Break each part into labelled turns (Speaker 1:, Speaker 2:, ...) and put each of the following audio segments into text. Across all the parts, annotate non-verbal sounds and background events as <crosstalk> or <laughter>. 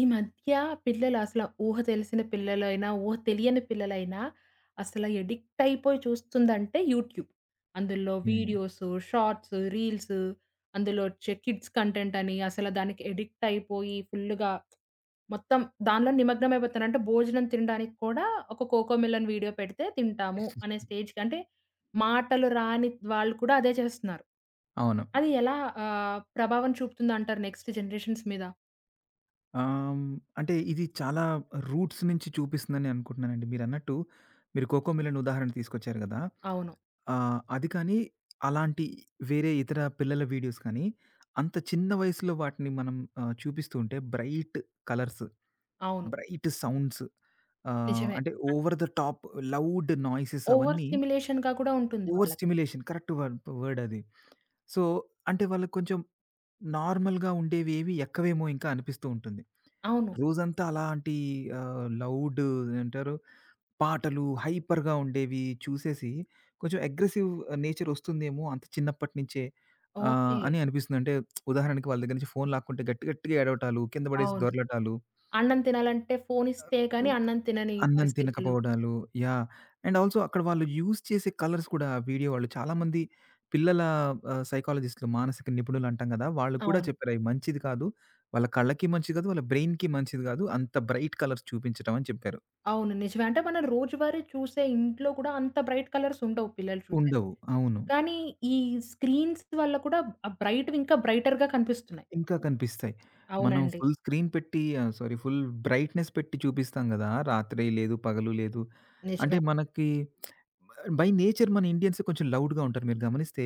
Speaker 1: ఈ మధ్య పిల్లలు అసల ఊహ తెలిసిన పిల్లలైనా, ఊహ తెలియని పిల్లలైనా అసల ఎడిక్ట్ అయిపోయి చూస్తుందంటే యూట్యూబ్. అందులో
Speaker 2: హ్మ్.
Speaker 1: వీడియోసు, షార్ట్సు, రీల్సు అందులో వచ్చే కిడ్స్ కంటెంట్ అని అసల దానికి ఎడిక్ట్ అయిపోయి ఫుల్లుగా మొత్తం దానిలో నిమగ్నం అయిపోతున్నారు. అంటే భోజనం తినడానికి కూడా ఒక కోకోమిలన్ వీడియో పెడితే తింటాము అనే స్టేజ్‌కి అంటే మాటలు రాని వాళ్ళు కూడా అదే చేస్తున్నారు.
Speaker 2: అవును.
Speaker 1: అది ఎలా ప్రభావం చూపుతుందంటారు నెక్స్ట్ జనరేషన్స్ మీద?
Speaker 2: ఆహ్, అంటే ఇది చాలా రూట్స్ నుంచి చూపిస్తుందని అనుకుంటున్నానండి. మీరన్నట్టు మీరు 'కోకో మిలన్' ఉదాహరణ తీసుకొచ్చారు గదా!
Speaker 1: అవును.
Speaker 2: అది కానీ అలాంటి వేరే ఇతర పిల్లల వీడియోస్ కానీ అంత చిన్న వయసులో వాటిని మనం చూపిస్తూ ఉంటే బ్రైట్ కలర్స్,
Speaker 1: అవును.
Speaker 2: బ్రైట్ సౌండ్స్,
Speaker 1: నిజమే.
Speaker 2: అంటే over the top loud noises
Speaker 1: over
Speaker 2: అవన్నీ
Speaker 1: స్టిమ్యులేషన్‌గా కూడా ఉంటుంది
Speaker 2: ఓవర్
Speaker 1: వాళ్ళకి.
Speaker 2: స్టిమ్యులేషన్ కరెక్ట్ వర్డ్ వర్డ్ అది. సో, అంటే వాళ్ళకి కొంచెం నార్మల్‌గా ఉండేవేవి ఎక్కవేమో ఇంకా అనిపిస్తూ ఉంటుంది.
Speaker 1: అవును.
Speaker 2: రోజంతా అలాంటి లౌడ్ ఏమంటారు? పాటలు హైపర్‌గా ఉండేవి చూసేసి కొంచెం అగ్రెసివ్ నేచర్ ఒస్తుందేమో అంత చిన్నప్పటి నుంచే
Speaker 1: ఓకే.
Speaker 2: అని అనిపిస్తుంది. అంటే ఉదాహరణకి వాళ్ళ దగ్గర నుంచి ఫోన్ లాక్కుంటే గట్టి గట్టిగా ఏడవటాలు, కింద పడేసి
Speaker 1: అవును.
Speaker 2: దొర్లటాలు.
Speaker 1: అన్నం తినాలంటే ఫోనిస్తే గాని అన్నం తినని
Speaker 2: అన్నం
Speaker 1: పరిస్థితులు.
Speaker 2: తినకపోవడాలు. యాహ్! అండ్ ఆల్సో అక్కడ వాళ్ళు యూజ్ చేసే కలర్స్ కూడా వీడియో వాళ్ళు చాలామంది పిల్లల సైకాలజిస్ట్‌లు, మానసిక నిపుణులు అంటాం గదా! వాళ్ళు కూడా
Speaker 1: అవును.
Speaker 2: చెప్పారు. అవి మంచిది కాదు. వాళ్ళ కళ్ళకి మంచిది కాదు. వాళ్ళ బ్రెయిన్‌కి మంచిది కాదు. అంత బ్రైట్ కలర్స్ చూపించడం అని చెప్పారు.
Speaker 1: అవును. నిజమే. అంటే మనం రోజువారీ చూసే ఇంట్లో కూడా అంత బ్రైట్ కలర్స్ ఉండవు పిల్లలు చూసేవి.
Speaker 2: ఉండవు. అవును.
Speaker 1: కానీ ఈ స్క్రీన్స్ వల్ల కూడా ఆ బ్రైట్‌వి ఇంకా బ్రైటర్‌గా కనిపిస్తున్నాయి.
Speaker 2: ఇంకా కనిపిస్తాయి. మనం
Speaker 1: అవునండి.
Speaker 2: ఫుల్ స్క్రీన్ పెట్టి సారీ ఫుల్ బ్రైట్‌నెస్ పెట్టి చూపిస్తాం గదా! రాత్రి లేదు, పగలు లేదు. అంటే
Speaker 1: నిజమే.
Speaker 2: మనకి బై నేచర్ మన ఇండియన్స్ కొంచెం లౌడ్‌గా ఉంటారు. మీరు గమనిస్తే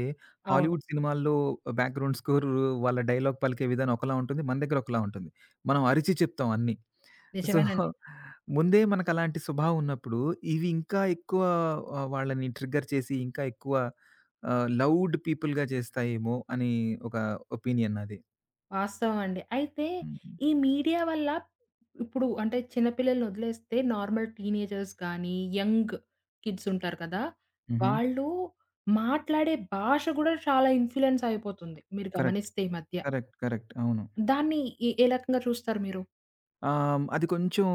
Speaker 1: అవును.
Speaker 2: హాలీవుడ్ సినిమాల్లో బ్యాక్‌గ్రౌండ్ స్కోర్ వాళ్ళ డైలాగ్ పలికే విధానం ఒకలా ఉంటుంది. మన దగ్గర ఒకలా ఉంటుంది. మనం అరిచి చెప్తాం అన్నీ. సో,
Speaker 1: నిజమేనండి.
Speaker 2: ముందే మనకు అలాంటి స్వభావం ఉన్నప్పుడు ఇవి ఇంకా ఎక్కువ వాళ్ళని ట్రిగ్గర్ చేసి ఇంకా ఎక్కువ లౌడ్ పీపుల్‌గా చేస్తాయేమో అని ఒక ఒపీనియన్ నాది.
Speaker 1: వాస్తవం అండి. అయితే
Speaker 2: హ్మ్.
Speaker 1: ఈ మీడియా వల్ల ఇప్పుడు అంటే చిన్న పిల్లల్ని వదిలేస్తే నార్మల్ టీనేజర్స్ గానీ, యంగ్ కిడ్స్ ఉంటారు కదా!
Speaker 2: హుహు.
Speaker 1: వాళ్ళు మాట్లాడే భాష గూడా చాలా ఇన్‌ఫ్లూయెన్స్ అయిపోతుంది. మీరు
Speaker 2: కరెక్ట్.
Speaker 1: గమనిస్తే ఈ మధ్య.
Speaker 2: కరెక్ట్. కరెక్ట్. అవును.
Speaker 1: దాన్ని ఏ రకంగా చూస్తారు మీరు?
Speaker 2: అది కొంచెం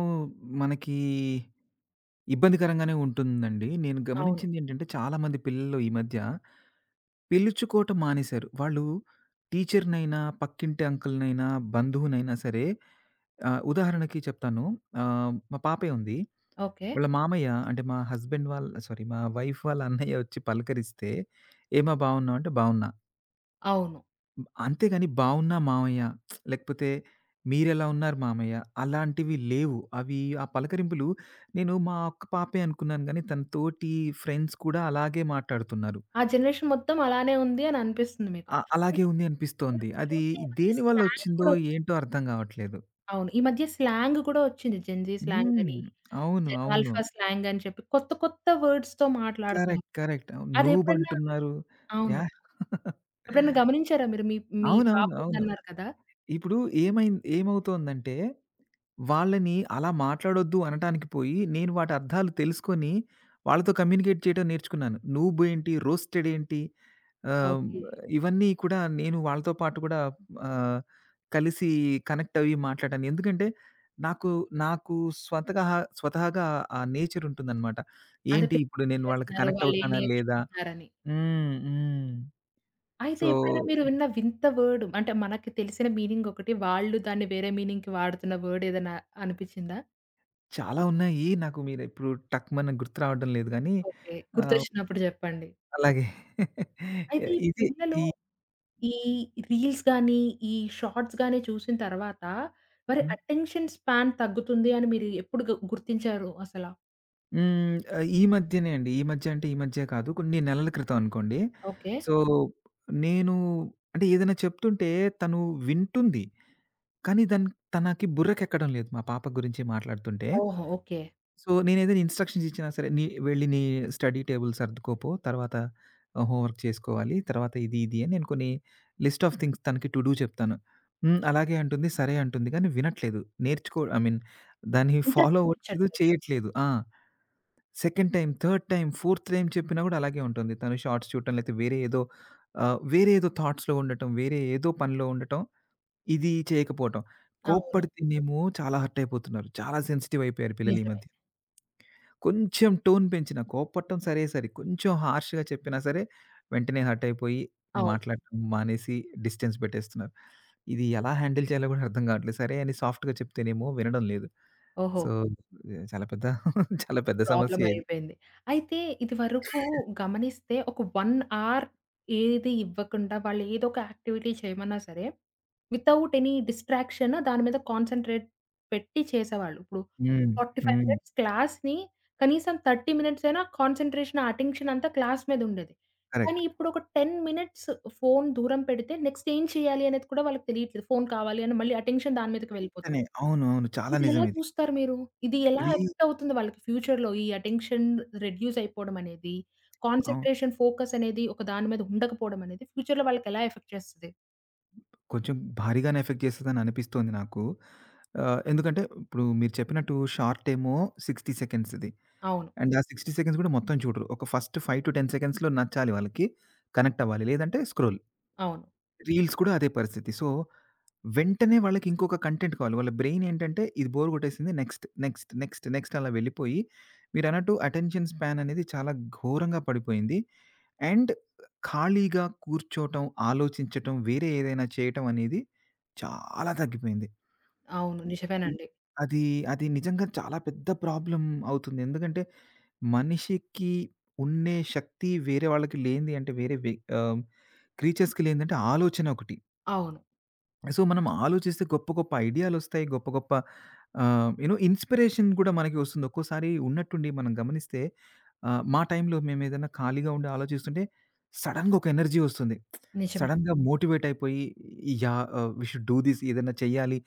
Speaker 2: మనకి ఇబ్బందికరంగానే ఉంటుందండి. నేను
Speaker 1: అవును.
Speaker 2: గమనించిందేంటంటే, చాలామంది పిల్లలు ఈ మధ్య పిలుచుకోవటం మానేశారు. వాళ్ళు టీచర్‌నైనా, పక్కింటి అంకుల్‌నైనా, బంధువునైనా సరే ఉదాహరణకి చెప్తాను. మా పాపే ఉంది.
Speaker 1: ఓకే.
Speaker 2: వాళ్ళ మామయ్య అంటే మా హస్బెండ్ వాళ్ళ సారీ మా వైఫ్ వాళ్ళ అన్నయ్య వచ్చి పలకరిస్తే, "ఏమ్మా బాగున్నావా?" అంటే "బాగున్నా."
Speaker 1: అవును.
Speaker 2: హ్మ్. అంతేగాని బావున్నా మామయ్య, లేకపోతే మీరెలా ఉన్నారు మామయ్య అలాంటివి లేవు. అవి ఆ పలకరింపులు నేను మా అక్క పాపే అనుకున్నాను గానీ, తన తోటి ఫ్రెండ్స్ కూడా అలాగే మాట్లాడుతున్నారు.
Speaker 1: ఆ జనరేషన్ మొత్తం అలానే ఉంది అని అనిపిస్తుంది మీకు.
Speaker 2: అలాగే
Speaker 1: అంటే
Speaker 2: ఉంది అనిపిస్తోంది.
Speaker 1: మీరిప్పుడు
Speaker 2: అది
Speaker 1: చూస్తే ఈ మధ్య
Speaker 2: దేనివల్ల
Speaker 1: స్లాంగ్
Speaker 2: వచ్చిందో
Speaker 1: కూడా వచ్చింది.
Speaker 2: ఏంటో అర్థం గావట్లేదు.
Speaker 1: అవును. ఈ మధ్య స్లాంగ్ కూడా వచ్చింది. జెన్‌జీ స్లాంగ్
Speaker 2: హ్మ్.
Speaker 1: అని.
Speaker 2: అవును. అవును.
Speaker 1: జనాల్ఫా స్లాంగ్ అని చెప్పి కొత్త కొత్త వర్డ్స్‌తో మాట్లాడుతున్నారు.
Speaker 2: కరెక్ట్. కరెక్ట్. అవును.
Speaker 1: అదెప్పుడన్నా
Speaker 2: నూబంటున్నారు.
Speaker 1: అవును.
Speaker 2: యాహ్! <laughs>
Speaker 1: ఎప్పుడైనా గమనించారా మీరు? మీ మీ పాప
Speaker 2: అవునవును. అవును.
Speaker 1: ఉందన్నారు కదా!
Speaker 2: ఇప్పుడు ఏమైంది ఏమవుతోందంటే వాళ్ళని అలా మాట్లాడొద్దు అనటానికి పోయి, నేను వాటి అర్థాలు తెలుసుకొని, వాళ్ళతో కమ్యూనికేట్ చేయడం నేర్చుకున్నాను. నూబేంటి, రోస్టెడ్ ఏంటి, ఆహ్,
Speaker 1: ఓకే.
Speaker 2: ఇవన్నీ కూడా నేను వాళ్ళతో పాటు కూడా ఆహ్, కలిసి కనెక్ట్ అయ్యి మాట్లాడాను. ఎందుకంటే, నాకు, నాకు స్వతహాగా ఆ నేచర్ ఉంటుందనమాట.
Speaker 1: అదే
Speaker 2: ఏంటి ఇప్పుడు
Speaker 1: పేరెంట్స్
Speaker 2: నేను వాళ్ళకి
Speaker 1: చేస్తున్నారు,
Speaker 2: కనెక్ట్
Speaker 1: వాళ్ళేం
Speaker 2: అవుతానా లేదా?
Speaker 1: నేర్చుకుంటున్నారని.
Speaker 2: హ్మ్. హ్మ్.
Speaker 1: అయితే
Speaker 2: సో,
Speaker 1: ఎప్పుడైనా మీరు విన్న వింత వర్డ్ అంటే మనకి తెలిసిన మీనింగ్ ఒకటి, వాళ్ళు దాన్ని వేరే మీనింగ్‌కి వాడుతున్న వర్డ్ ఏదైనా అనిపిచ్చిందా?
Speaker 2: చాలా ఉన్నాయి. నాకు మీరు ఇప్పుడు టక్‌మని గుర్తు రావడం లేదు గానీ
Speaker 1: ఓకే.
Speaker 2: ఆహ్
Speaker 1: గుర్తొచ్చినప్పుడు జెప్పండి.
Speaker 2: అలాగే. <laughs>
Speaker 1: అయితే ఈ
Speaker 2: ఇది
Speaker 1: పిల్లలు
Speaker 2: ఈ
Speaker 1: ఈ రీల్స్ గాని, ఈ షార్ట్స్ గాని చూసిన తర్వాత మరి
Speaker 2: హ్మ్.
Speaker 1: అటెన్షన్ స్పాన్ తగ్గుతుంది అని మీరు ఎప్పుడు గుర్తించారు అసల?
Speaker 2: హ్మ్. ఈ మధ్యనే అండి. ఈ మధ్య అంటే ఈ మధ్యే కాదు. కొన్ని నెలల క్రితం అనుకోండి.
Speaker 1: ఓకే.
Speaker 2: సో, నేను అంటే ఏదైనా చెప్తుంటే తను వింటుంది. కానీ దాన్ తనకి బుర్రకెక్కడం లేదు. మా పాప గురించి మాట్లాడుతుంటే.
Speaker 1: ఓహో! ఓకే.
Speaker 2: సో, నేనేదైనా ఇన్‌స్ట్రక్షన్స్ ఇచ్చినా సరే, నీ స్టడీ టేబుల్ సర్దుకోపో, తర్వాత హోంవర్క్ చేసుకోవాలి, తర్వాత ఇది, ఇది అని నేను కొన్ని లిస్ట్ ఆఫ్ థింగ్స్ తనకి టు డూ చెప్తాను. హ్మ్. అలాగే అంటుంది, సరే అంటుంది కానీ వినట్లేదు. ఐ మీన్ దాన్ని
Speaker 1: ఇంట్రెస్ట్
Speaker 2: ఫాలో అవ్వట్లేదు,
Speaker 1: చూపించట్లేదు.
Speaker 2: చేయట్లేదు. ఆ! Second time, third time, fourth time చెప్పినా గూడా అలాగే ఉంటుంది. తను షార్ట్స్ చూడటం, లేతే వేరే ఏదో వేరే ఏదో థాట్స్‌లో ఉండటం, వేరే ఏదో పనిలో ఉండటం, ఇది చేయకపోవటం.
Speaker 1: అవును.
Speaker 2: కోప్పడితేనేమో చాలా హర్ట్ అయిపోతున్నారు. చాలా సెన్సిటివ్ అయిపోయారు పిల్లలు ఈ
Speaker 1: నిజమే.
Speaker 2: మధ్య. కొంచెం టోన్ పెంచినా, కోప్పడటం సరే సరి, కొంచెం హార్ష్‌గా చెప్పినా సరే, వెంటనే హర్ట్ అయిపోయి
Speaker 1: అవును.
Speaker 2: మాట్లాడటం మానేసి డిస్టెన్స్ పెట్టేస్తున్నారు. ఇది ఎలా హ్యాండిల్ చేయాలో కూడా అర్థం కావట్లేదు. సరే అని సాఫ్ట్‌గా చెప్తేనేమో వినడం లేదు.
Speaker 1: ఓహో!
Speaker 2: సో, చాలా పెద్ద <laughs> చాలా పెద్ద
Speaker 1: ప్రాబ్లమ్
Speaker 2: సమస్య ఇది.
Speaker 1: అయిపోయింది. అయితే ఇదివరకు గమనిస్తే ఒక 1 అవర్ ఏది ఇవ్వకుండా వాళ్ళు ఏదో ఒక యాక్టివిటీ చేయమన్నా సరే, వితౌట్ ఎనీ డిస్ట్రాక్షన్ దాని మీద కాన్సంట్రేట్ పెట్టి చేసేవాళ్ళు. ఇప్పుడు
Speaker 2: హ్మ్.
Speaker 1: 45
Speaker 2: హ్మ్.
Speaker 1: మినిట్స్ క్లాస్‌ని కనీసం 30 మినిట్స్ అయినా కాన్సంట్రేషన్, ఆ అటెన్షన్ అంతా క్లాస్ మీద ఉండేది. కానీ
Speaker 2: కరెక్ట్.
Speaker 1: ఇప్పుడొక 10 మినిట్స్ ఫోను దూరం పెడితే నెక్స్ట్ ఏం చేయాలి అనేది కూడా వాళ్ళకి తెలియట్లేదు. ఫోను కావాలి అని మళ్ళీ అటెన్షన్ దాని మీదకి వెళ్ళిపోతుంది.
Speaker 2: వెంటనే అవును. అవును. చాలా నిజం
Speaker 1: ఇదెలా
Speaker 2: ఇది.
Speaker 1: చూస్తారు మీరు? ఇది ఎలా
Speaker 2: ఇది
Speaker 1: ఎఫెక్ట్ అవుతుంది వాళ్ళకి ఫ్యూచర్‌లో ఈ అటెన్షన్ రెడ్యూస్ అయిపోవడం అనేది,
Speaker 2: అవును.
Speaker 1: కాన్సంట్రేషన్, ఫోకస్ అనేది ఒక దాని మీద ఉండకపోవడం అనేది ఫ్యూచర్‌లో వాళ్ళకి ఎలా ఎఫెక్ట్ చేస్తది?
Speaker 2: కొంచెం భారీగానే ఎఫెక్ట్ చేస్తదని అనిపిస్తోంది నాకు. ఎందుకంటే ఇప్పుడు మీరు చెప్పినట్టు షార్ట్ ఏమో 60 సెకండ్స్‌ది.
Speaker 1: అవును.
Speaker 2: అండ్ ఆ 60 సెకండ్స్ గూడా మొత్తం చూడరు. ఒక ఫస్ట్ 5-10 సెకండ్స్‌లో నచ్చాలి వాళ్ళకి. కనెక్ట్ అవ్వాలి. లేదంటే స్క్రోల్.
Speaker 1: అవును.
Speaker 2: రీల్స్ కూడా అదే పరిస్థితి. సో, వెంటనే వాళ్ళకి ఇంకొక కంటెంట్ కావాలి. వాళ్ళ బ్రెయిన్ ఏంటంటే ఇది బోర్ కొట్టేసింది నెక్స్ట్, నెక్స్ట్, నెక్స్ట్, నెక్స్ట్ అలా వెళ్ళిపోయి మీరన్నట్టు అటెన్షన్ స్పాన్ అనేది చాలా ఘోరంగా పడిపోయింది. అండ్ ఖాళీగా కూర్చోటం, ఆలోచించటం, వేరే ఏదైనా చేయటం అనేది చాలా తగ్గిపోయింది.
Speaker 1: అవును. నిజమేనండి.
Speaker 2: అది అది నిజంగా చాలా పెద్ద ప్రాబ్లమ్ అవుతుంది. ఎందుకంటే మనిషికి ఉండే శక్తి వేరే వాళ్ళకి లేనిది అంటే వేరే వే ఆహ్, క్రీచర్స్‌కి లేనిదంటే ఆలోచన ఒకటి.
Speaker 1: అవును.
Speaker 2: సో, మనం ఆలోచిస్తే గొప్ప గొప్ప ఐడియాలొస్తాయి. గొప్ప గొప్ప యూ నో ఇన్‌స్పిరేషన్ గూడా మనకి వస్తుంది. ఒక్కోసారి ఉన్నట్టుండి మనం గమనిస్తే మా టైంలో మేమేదైనా ఖాళీగా ఉండి ఆలోచిస్తుంటే సడెన్‌గా ఒక ఎనర్జీ వస్తుంది.
Speaker 1: నిజమే.
Speaker 2: సడెన్‌గా మోటివేట్ అయిపోయి yeah! We should do this ఏదైనా చేయాలి.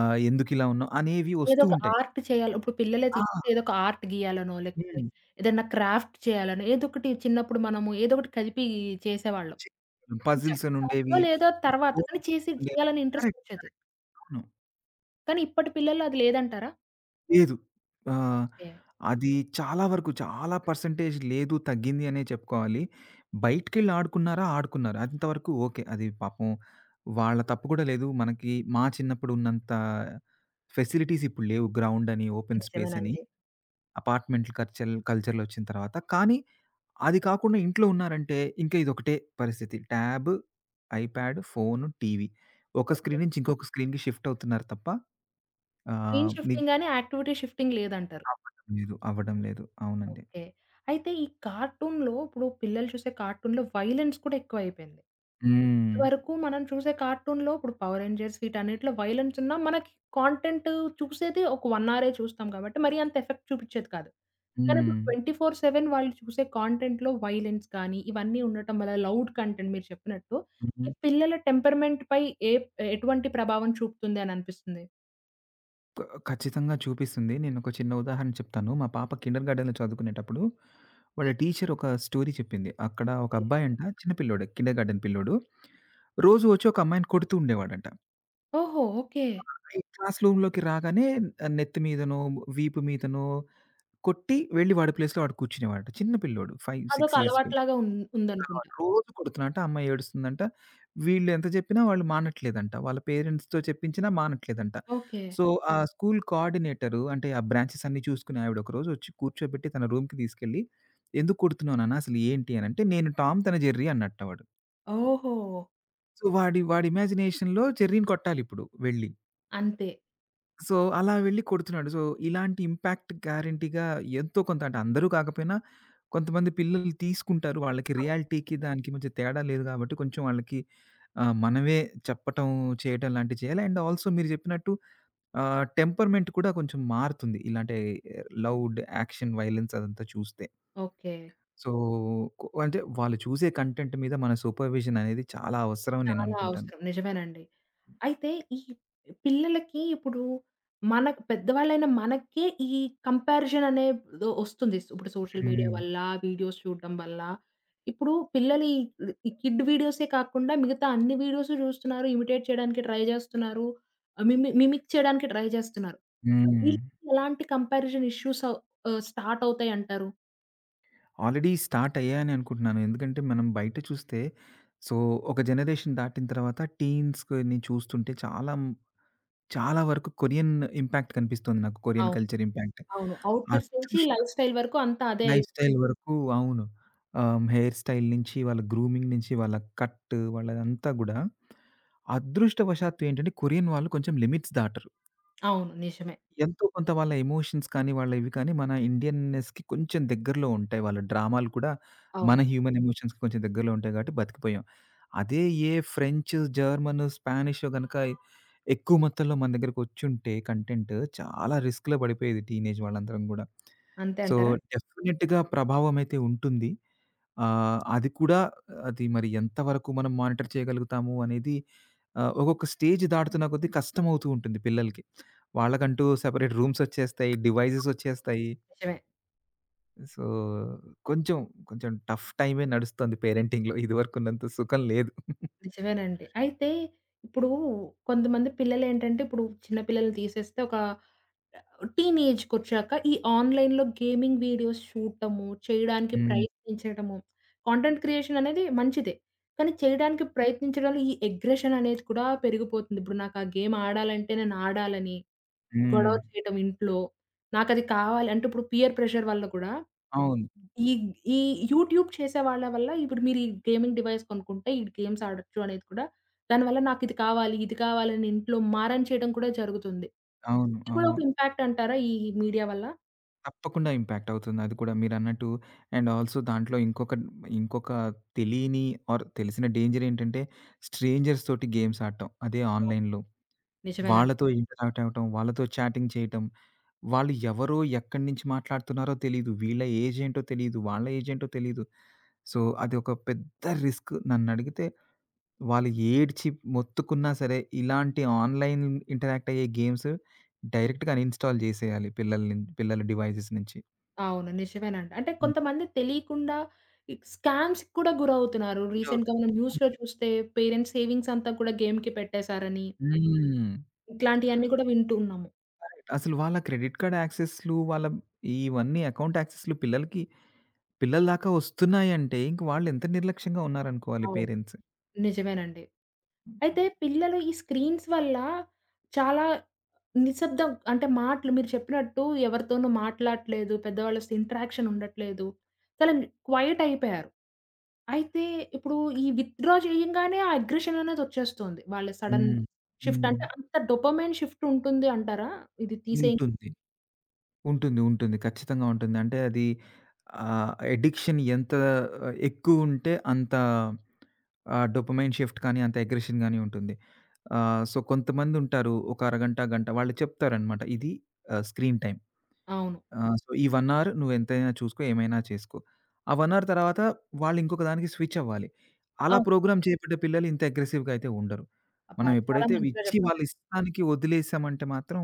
Speaker 2: ఎందుకిలా ఉన్నాం అనేవి
Speaker 1: ఏదో
Speaker 2: వస్తూ
Speaker 1: ఒక
Speaker 2: ఉంటాయి.
Speaker 1: ఆర్ట్ చేయాలి. ఇప్పుడు పిల్లలే
Speaker 2: ఆ!
Speaker 1: తీసుకుంటే ఏదో ఒక ఆర్ట్ గీయాలనో, లేకపోతే
Speaker 2: హ్మ్.
Speaker 1: ఏదన్నా క్రాఫ్ట్ చేయాలనో, ఏదో ఒకటి చిన్నప్పుడు మనము ఏదో ఒకటి కలిపి చేసేవాళ్ళం. అది
Speaker 2: పజిల్స్
Speaker 1: సక్సెస్ అవుద్దో
Speaker 2: అనుండేవి.
Speaker 1: లేదో తర్వాత. కానీ చేసి
Speaker 2: ఉండేవి.
Speaker 1: చేయాలని ఇంట్రెస్ట్
Speaker 2: కరెక్ట్.
Speaker 1: వచ్చేది.
Speaker 2: కరెక్ట్. అవును.
Speaker 1: కానీ ఇప్పటి పిల్లల్లో అది లేదంటారా?
Speaker 2: లేదు. ఆహ్,
Speaker 1: ఓకే.
Speaker 2: అది చాలా వరకు చాలా పర్సెంటేజ్ లేదు, తగ్గింది అనే చెప్పుకోవాలి. బయటికెళ్ళి ఆడుకున్నారా, ఆడుకున్నారు. అంతవరకు ఓకే. అది పాపం వాళ్ళ తప్పు కూడా లేదు. మనకి మా చిన్నప్పుడు ఉన్నంత ఫెసిలిటీస్ ఇప్పుడు లేవు. గ్రౌండ్ అని, ఓపెన్ స్పేస్ అని,
Speaker 1: నిజమేనండి.
Speaker 2: అపార్ట్మెంట్లు కల్చర్‌లో వచ్చిన తర్వాత. కానీ అది కాకుండా ఇంట్లో ఉన్నారంటే ఇంకా ఇదొకటే పరిస్థితి. Tab, iPad, phone, TV. ఒక
Speaker 1: ఓకే.
Speaker 2: స్క్రీన్ నుంచి ఇంకొక స్క్రీన్‌కి షిఫ్ట్ అవుతున్నారు తప్ప ఆహ్,
Speaker 1: స్క్రీన్
Speaker 2: ని
Speaker 1: షిఫ్టింగ్ గాని, యాక్టివిటీ షిఫ్టింగ్ లేదంటారు.
Speaker 2: అవ్వటం లేదు. అవ్వడం లేదు. అవునండి.
Speaker 1: ఓకే. అయితే ఈ కార్టూన్‌లో ఇప్పుడు పిల్లలు చూసే కార్టూన్‌లో వయలెన్స్ కూడా ఎక్కువైపోయింది.
Speaker 2: హ్మ్.
Speaker 1: ఇదివరకు మనం చూసే కార్టూన్‌లో ఇప్పుడు 'పవర్ రేంజర్స్' వీటన్నిటిలో వయలెన్స్ ఉన్నా మనకి కాంటెంట్ చూసేది ఒక 1 అవరే చూస్తాం కాబట్టి మరీ అంత ఎఫెక్ట్ చూపిచ్చేది కాదు. కానీ
Speaker 2: హ్మ్.
Speaker 1: ఇప్పుడు 24/7 వాళ్ళు చూసే కాంటెంట్‌లో వయలెన్స్ గానీ, ఇవన్నీ ఉండటం వల్ల లౌడ్ కంటెంట్ మీరు చెప్పినట్టు
Speaker 2: హుహు.
Speaker 1: ఈ పిల్లల టెంపర్‌మెంట్‌పై ఏ ఎటువంటి ప్రభావం చూపుతుంది అని అనిపిస్తుంది?
Speaker 2: క ఖచ్చితంగా చూపిస్తుంది. నేనొక చిన్న ఉదాహరణ చెప్తాను. మా పాప కిండర్‌గార్టెన్‌లో చదువుకునేటప్పుడు, వాళ్ళ టీచర్ ఒక స్టోరీ చెప్పింది. అక్కడ ఒక
Speaker 1: ఓకే.
Speaker 2: అబ్బాయంట చిన్న పిల్లోడే కిండర్‌గార్టెన్ పిల్లోడు. రోజు వచ్చి ఒక అమ్మాయిని కొడుతూ ఉండేవాడంట.
Speaker 1: ఓహో! ఓకే.
Speaker 2: ఈ క్లాస్ రూమ్‌లోకి రాగానే నెత్తి మీదనో, వీపు మీదనో కొట్టి వెళ్లి వాడి ప్లేస్‌లో వాడు కూర్చునేవాడట. చిన్న పిల్లోడు 5,
Speaker 1: అదొక
Speaker 2: 6 ఇయర్స్
Speaker 1: అలవాటులాగా ఉం
Speaker 2: కొడుతున్నారనమాట.
Speaker 1: ఉందనుకుంటా.
Speaker 2: రోజు కొడుతున్నా. అంటే ఆ అమ్మాయి ఏడుస్తుందంట. వీళ్ళు ఎంత చెప్పినా వాళ్ళు మానట్లేదంట. వాళ్ళ పేరెంట్స్‌తో చెప్పించినా మానట్లేదంట.
Speaker 1: ఓకే.
Speaker 2: సో, ఆ స్కూల్ కోఆర్డినేటరు అంటే ఆ బ్రాంచెస్ అన్నీ చూసుకునే ఆవిడ ఒకరోజు వచ్చి కూర్చోబెట్టి తన రూమ్‌కి తీసుకెళ్ళి, "ఎందుకు కొడుతున్నావు నాన్న అసలు ఏంటి?" అనంటే, "నేను టామ్ తను జెర్రీ" అన్నట్ట వాడు.
Speaker 1: ఓహో!
Speaker 2: సో, వాడి వాడి ఇమాజినేషన్‌లో జెర్రీని కొట్టాలిప్పుడు వెళ్లి.
Speaker 1: అంతే.
Speaker 2: సో, అలా వెళ్లి కొడుతున్నాడు. సో, ఇలాంటి ఇంపాక్ట్ గ్యారంటీ‌గా ఎంతో కొంత అంటే అందరూ కాకపోయినా కొంతమంది పిల్లలు తీసుకుంటారు. వాళ్ళకి
Speaker 1: అవును.
Speaker 2: రియాలిటీకి దానికి మధ్య తేడా లేదు కాబట్టి కొంచెం వాళ్ళకి మనమే చెప్పటం, చేయటం లాంటివి చేయాలి. అండ్ ఆల్సో మీరు చెప్పినట్టు టెంపర్‌మెంట్ కూడా కొంచెం మారుతుంది. ఇలాంటి లౌడ్ యాక్షన్, వయలెన్స్ అదంతా చూస్తే.
Speaker 1: ఓకే.
Speaker 2: సో, అంటే వాళ్ళు చూసే కంటెంట్ మీద మన సూపర్విజన్ అనేది చాలా అవసరం అని నేను
Speaker 1: చాలా
Speaker 2: అనుకుంటాను.
Speaker 1: అవసరం. నిజమేనండి. అయితే ఈ పిల్లలకి ఇప్పుడు మనకు పెద్దవాళ్ళైన మనకే ఈ కంపారిజన్ అనేదో వస్తుంది. ఇప్పుడు సోషల్ మీడియా
Speaker 2: హ్మ్.
Speaker 1: వల్ల, వీడియోస్ చూడడం వల్ల. ఇప్పుడు పిల్లలు ఈ ఈ కిడ్ వీడియోసే కాకుండా మిగతా అన్ని వీడియోస్ చూస్తున్నారు. ఇమిటేట్ చేయడానికి ట్రై చేస్తున్నారు. ఆహ్, మిమి మిమిక్ చేయడానికి ట్రై చేస్తున్నారు.
Speaker 2: హ్మ్.
Speaker 1: వీళ్ళకి ఎలాంటి కంపారిజన్ ఇష్యూస్ స్టార్ట్ అవుతాయంటారు?
Speaker 2: ఆల్రెడీ స్టార్ట్ అయ్యాయని అనుకుంటున్నాను. ఎందుకంటే మనం బయట చూస్తే సో, ఒక జనరేషన్ దాటిన తర్వాత టీన్స్‌ని చూస్తుంటే చాలా చాలా వరకు కొరియన్ ఇంపాక్ట్ కనిపిస్తుంది నాకు. Korean culture impact.
Speaker 1: అవును. అవుట్‌ఫిట్స్ నుంచి
Speaker 2: అదృష్ట
Speaker 1: లైఫ్ స్టైల్ వరకు అంతా అదే అయి
Speaker 2: లైఫ్ స్టైల్ వరకు అవును. హెయిర్ స్టైల్ నుంచి, వాళ్ళ గ్రూమింగ్ నుంచి, వాళ్ళ కట్ వాళ్ళదంతా గూడా అదృష్టవశాత్తు ఏంటంటే కొరియన్ వాళ్ళు కొంచెం లిమిట్స్ దాటరు.
Speaker 1: అవును. నిజమే.
Speaker 2: ఎంతో కొంత వాళ్ళ ఎమోషన్స్ కానీ, వాళ్ళ ఇవి కానీ మన ఇండియన్‌నెస్‌కి కొంచెం దగ్గరలో ఉంటాయి. వాళ్ళ డ్రామాలు కూడా మన
Speaker 1: అవును.
Speaker 2: హ్యూమన్ ఎమోషన్స్‌కి కొంచెం దగ్గరలో ఉంటాయి కాబట్టి బతికిపోయాం. అదే ఏ ఫ్రెంచ్, జర్మన్, స్పానిషో గనక ఎక్కువ మొత్తంలో మన దగ్గరకొచ్చుంటే కంటెంట్ చాలా రిస్క్‌లో పడిపోయేది టీనేజ్ వాళ్ళందరం గూడా.
Speaker 1: అంతే
Speaker 2: సో,
Speaker 1: అంటారా?
Speaker 2: డెఫినిట్‌గా ప్రభావమైతే ఉంటుంది. ఆహ్, అది కూడా అది మరి ఎంత వరకు మనం మానిటర్ చేయగలుగుతాము అనేది ఒక్కొక్క స్టేజ్ దాటుతున్న కొద్దీ కష్టమవుతూ ఉంటుంది పిల్లలకి. వాళ్ళకంటూ సెపరేట్ రూమ్సొచ్చేస్తాయి. డివైజెసొచ్చేస్తాయి.
Speaker 1: నిజమే.
Speaker 2: సో, కొంచెం, కొంచెం టఫ్ టైమే నడుస్తుంది పేరెంటింగ్‌లో. ఇదివరకున్నంత సుఖం లేదు.
Speaker 1: నిజమేనండి. అయితే ఇప్పుడు కొంతమంది పిల్లలేంటంటే ఇప్పుడు చిన్న పిల్లల్ని తీసేస్తే ఒక టీనేజ్‌కొచ్చాక ఈ ఆన్‌లైన్‌లో గేమింగ్ వీడియోస్ చూడటము, చేయడానికి
Speaker 2: హ్మ్.
Speaker 1: ప్రయత్నించడము, కాంటెంట్ క్రియేషన్ అనేది మంచిదే. కానీ చేయడానికి ప్రయత్నించడంలో ఈ అగ్రెషన్ అనేది కూడా పెరిగిపోతుంది. ఇప్పుడు నాకు ఆ గేమ్ ఆడాలంటే నేను ఆడాలని
Speaker 2: హ్మ్.
Speaker 1: గొడవ చేయటం ఇంట్లో. నాకది కావాలి అంటే ఇప్పుడు పియర్ ప్రెషర్ వల్ల కూడా
Speaker 2: అవును.
Speaker 1: ఈ ఈ యూట్యూబ్ చేసేవాళ్ళ వల్ల ఇప్పుడు మీరు ఈ గేమింగ్ డివైస్ కొనుక్కుంటే ఈ గేమ్స్ ఆడొచ్చు అనేది కూడా దానివల్ల నాకిది కావాలి, ఇది కావాలని ఇంట్లో మారం చేయడం కూడా జరుగుతుంది.
Speaker 2: అవును.
Speaker 1: ఇది కూడా
Speaker 2: అవును.
Speaker 1: ఒక ఇంపాక్ట్ అంటారా ఈ మీడియా వల్ల?
Speaker 2: తప్పకుండా ఇంపాక్ట్ అవుతుంది. అది కూడా మీరన్నట్టు అండ్ ఆల్సో దాంట్లో ఇంకొక ఇంకొక తెలియని ఆర్ తెలిసిన డేంజరేంటంటే, స్ట్రేంజర్స్ తోటి గేమ్స్ ఆడటం. అదే
Speaker 1: అవును.
Speaker 2: ఆన్‌లైన్‌లో.
Speaker 1: నిజమేనండి.
Speaker 2: వాళ్ళతో ఇంటరాక్ట్ అవ్వటం, వాళ్ళతో చాటింగ్ చేయటం. వాళ్ళు ఎవరో, ఎక్కడి నుంచి మాట్లాడుతున్నారో తెలీదు. వీళ్ళ ఏజ్ ఏంటో తెలీదు. వాళ్ళ ఏజ్ ఏంటో తెలీదు. సో, అదొక పెద్ద రిస్క్ నన్నడిగితే. వాళ్ళు ఏడ్చి మొత్తుకున్నా సరే, ఇలాంటి ఆన్‌లైన్ ఇంటరాక్ట్ అయ్యే గేమ్స్ డైరెక్ట్‌గా అన్‌ఇన్‌స్టాల్ జేసేయాలి పిల్లల డివైసెస్ నుంచి.
Speaker 1: అవును. నిజమేనండి. అంటే
Speaker 2: హ్మ్.
Speaker 1: కొంతమంది తెలియకుండా ఈ స్కామ్స్‌కి కూడా గురవుతున్నారు. రీసెంట్‌గా
Speaker 2: గురవుతారు.
Speaker 1: మనం
Speaker 2: అవును.
Speaker 1: న్యూస్‌లో చూస్తే పేరెంట్స్ సేవింగ్స్ అంతా కూడా గేమ్‌కి పెట్టేశారని,
Speaker 2: హ్మ్.
Speaker 1: ఇట్లాంటియన్నీ కూడా వింటూ ఉన్నాము.
Speaker 2: కరెక్ట్. అసలు వాళ్ళ క్రెడిట్ కార్డ్ యాక్సెస్‌లు, వాళ్ళ ఇవన్నీ అకౌంట్ యాక్సెస్‌లు పిల్లల దాకా వస్తున్నాయంటే, ఇంక వాళ్ళెంత నిర్లక్ష్యంగా ఉన్నారనుకోవాలి
Speaker 1: అవును.
Speaker 2: పేరెంట్స్.
Speaker 1: నిజమేనండి. అయితే పిల్లలు ఈ స్క్రీన్స్ వల్ల చాలా నిశ్శబ్దం. అంటే మాటలు మీరు చెప్పినట్టు ఎవరితోనూ మాట్లాడట్లేదు. పెద్దవాళ్ళతో ఇంటరాక్షన్ ఉండట్లేదు. చాలా క్వైట్ అయిపోయారు. అయితే ఇప్పుడు ఈ విత్‌డ్రా చేయంగానే ఆ అగ్రెషన్ అనేది వచ్చేస్తుంది. వాళ్ళ సడన్
Speaker 2: హ్మ్.
Speaker 1: షిఫ్ట్
Speaker 2: హ్మ్.
Speaker 1: అంటే అంత డోపమైన్ షిఫ్ట్ ఉంటుంది అంటారా? ఇది తీసేయి
Speaker 2: ఉంటుంది. ఉంటుంది. ఉంటుంది. ఖచ్చితంగా ఉంటుంది. అంటే అది అడిక్షన్ ఎంత ఎక్కువుంటే అంత డోపమైన్ షిఫ్ట్ కానీ, అంత అగ్రెషన్ గాని ఉంటుంది. సో, కొంతమందుంటారు ఒక అరగంట, గంట వాళ్ళు చెప్తారనమాట. Screen time.
Speaker 1: అవును.
Speaker 2: ఆ! సో, ఈ 1 అవర్ నువ్వెంతైనా చూసుకో, ఏమైనా చేసుకో. ఆ 1 అవర్ తర్వాత వాళ్ళు ఇంకొక దానికి స్విచ్ అవ్వాలి. అలా
Speaker 1: అవును.
Speaker 2: ప్రోగ్రామ్ చేపడ్డ పిల్లలు ఇంత అగ్రెసివ్‌గా అయితే ఉండరు.
Speaker 1: అబ్బా!
Speaker 2: మనం
Speaker 1: చాలా
Speaker 2: ఎప్పుడైతే అవి
Speaker 1: మంచిగా
Speaker 2: ఇచ్చి వాళ్ళ
Speaker 1: చెప్పారండి.
Speaker 2: ఇష్టానికి వదిలేసామంటే మాత్రం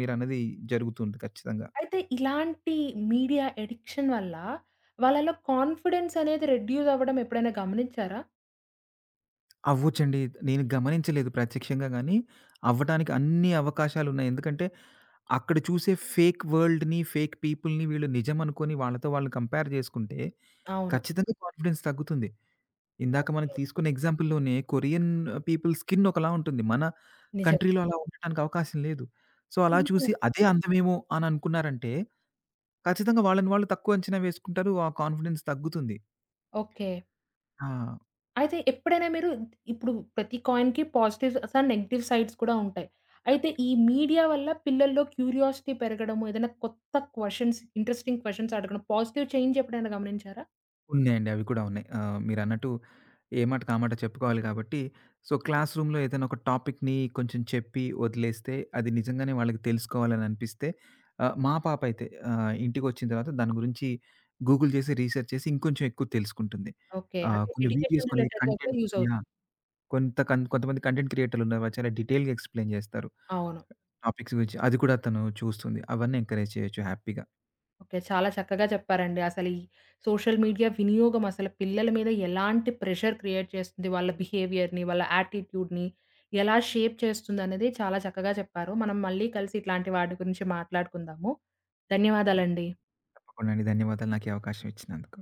Speaker 2: మీరన్నది జరుగుతుంది ఖచ్చితంగా.
Speaker 1: అయితే ఇలాంటి మీడియా అడిక్షన్ వల్ల వాళ్ళలో కాన్ఫిడెన్స్ అనేది రెడ్యూస్ అవ్వడం ఎప్పుడైనా గమనించారా?
Speaker 2: అవ్వొచ్చండి. నేను గమనించలేదు ప్రత్యక్షంగా గానీ, అవ్వటానికి అన్ని అవకాశాలున్నాయి. ఎందుకంటే, అక్కడ చూసే ఫేక్ వరల్డ్‌ని, ఫేక్ పీపుల్‌ని వీళ్ళు నిజమనుకోని వాళ్ళతో వాళ్ళు కంపేర్ జేసుకుంటే
Speaker 1: అవును.
Speaker 2: ఖచ్చితంగా కాన్ఫిడెన్స్ తగ్గుతుంది. ఇందాక మనం తీసుకున్న ఎగ్జాంపుల్‌లోనే కొరియన్ పీపుల్ స్కిన్ ఒకలా ఉంటుంది. మన
Speaker 1: నిజమే.
Speaker 2: కంట్రీలో అలా ఉండటానికి అవకాశం లేదు. సో, అలా చూసి
Speaker 1: నిజమేనండి.
Speaker 2: అదే అందమేమో అని అనుకున్నారంటే, ఖచ్చితంగా వాళ్ళని వాళ్ళు తక్కువ అంచనా వేసుకుంటారు. ఆ కాన్ఫిడెన్స్ తగ్గుతుంది.
Speaker 1: ఓకే.
Speaker 2: ఆ!
Speaker 1: అయితే ఎప్పుడైనా మీరు ఇప్పుడు ప్రతి కాయిన్‌కి పాజిటివ్స్ అండ్ నెగెటివ్ సైడ్స్ కూడా ఉంటాయి. అయితే ఈ మీడియా వల్ల పిల్లల్లో క్యూరియాసిటీ పెరగడము, ఏదైనా కొత్త క్వెషన్స్, ఇంట్రెస్టింగ్ క్వెషన్స్ అడగడం, పాజిటివ్ చేంజ్ ఎప్పుడైనా గమనించారా?
Speaker 2: ఉన్నాయండి. అవి కూడా ఉన్నాయి. మీరన్నట్టు ఏ మాటకి ఆ మాట కామాట చెప్పుకోవాలి కాబట్టి, సో, క్లాస్ రూమ్‌లో ఏదైనా ఒక టాపిక్‌ని కొంచెం చెప్పి వదిలేస్తే, అది నిజంగానే వాళ్ళకి తెలుసుకోవాలని అనిపిస్తే మా పాప అయితే ఇంటికొచ్చిన తర్వాత దాని గురించి గూగుల్ చేసి, రీసెర్చ్ చేసి ఇంకొంచెం ఎక్కువ తెలుసుకుంటుంది.
Speaker 1: ఓకే. అంటే
Speaker 2: కొన్ని వీడియోస్,
Speaker 1: ఎడ్యుకేషన్
Speaker 2: కొన్ని
Speaker 1: రిలేటెడ్‌గా కూడా
Speaker 2: కంటెంట్
Speaker 1: యూజ్
Speaker 2: యాహ్!
Speaker 1: అవుతుంది.
Speaker 2: కొంతమంది కంటెంట్ క్రియేటర్లున్నారు. వాళ్ళు చాలా డీటెయిల్‌గా ఎక్స్‌ప్లెయిన్ చేస్తారు
Speaker 1: అవును.
Speaker 2: టాపిక్స్ గురించి. అది కూడా తను చూస్తుంది. అవన్నీ ఎంకరేజ్ చేయొచ్చు హ్యాపీగా.
Speaker 1: ఓకే. చాలా చక్కగా చెప్పారండి. అసలు ఈ సోషల్ మీడియా వినియోగం అసలు పిల్లల మీద ఎలాంటి ప్రెషర్ క్రియేట్ చేస్తుంది? వాళ్ళ బిహేవియర్‌ని, వాళ్ళ యాటిట్యూడ్‌ని ఎలా షేప్ చేస్తుందనేది చాలా చక్కగా చెప్పారు. మనం మళ్ళీ కలిసి ఇట్లాంటి వాటి గురించి మాట్లాడుకుందాము. ధన్యవాదాలండి.
Speaker 2: తప్పకుండా అండి. ధన్యవాదాలు నాకు ఈ అవకాశం ఇచ్చినందుకు.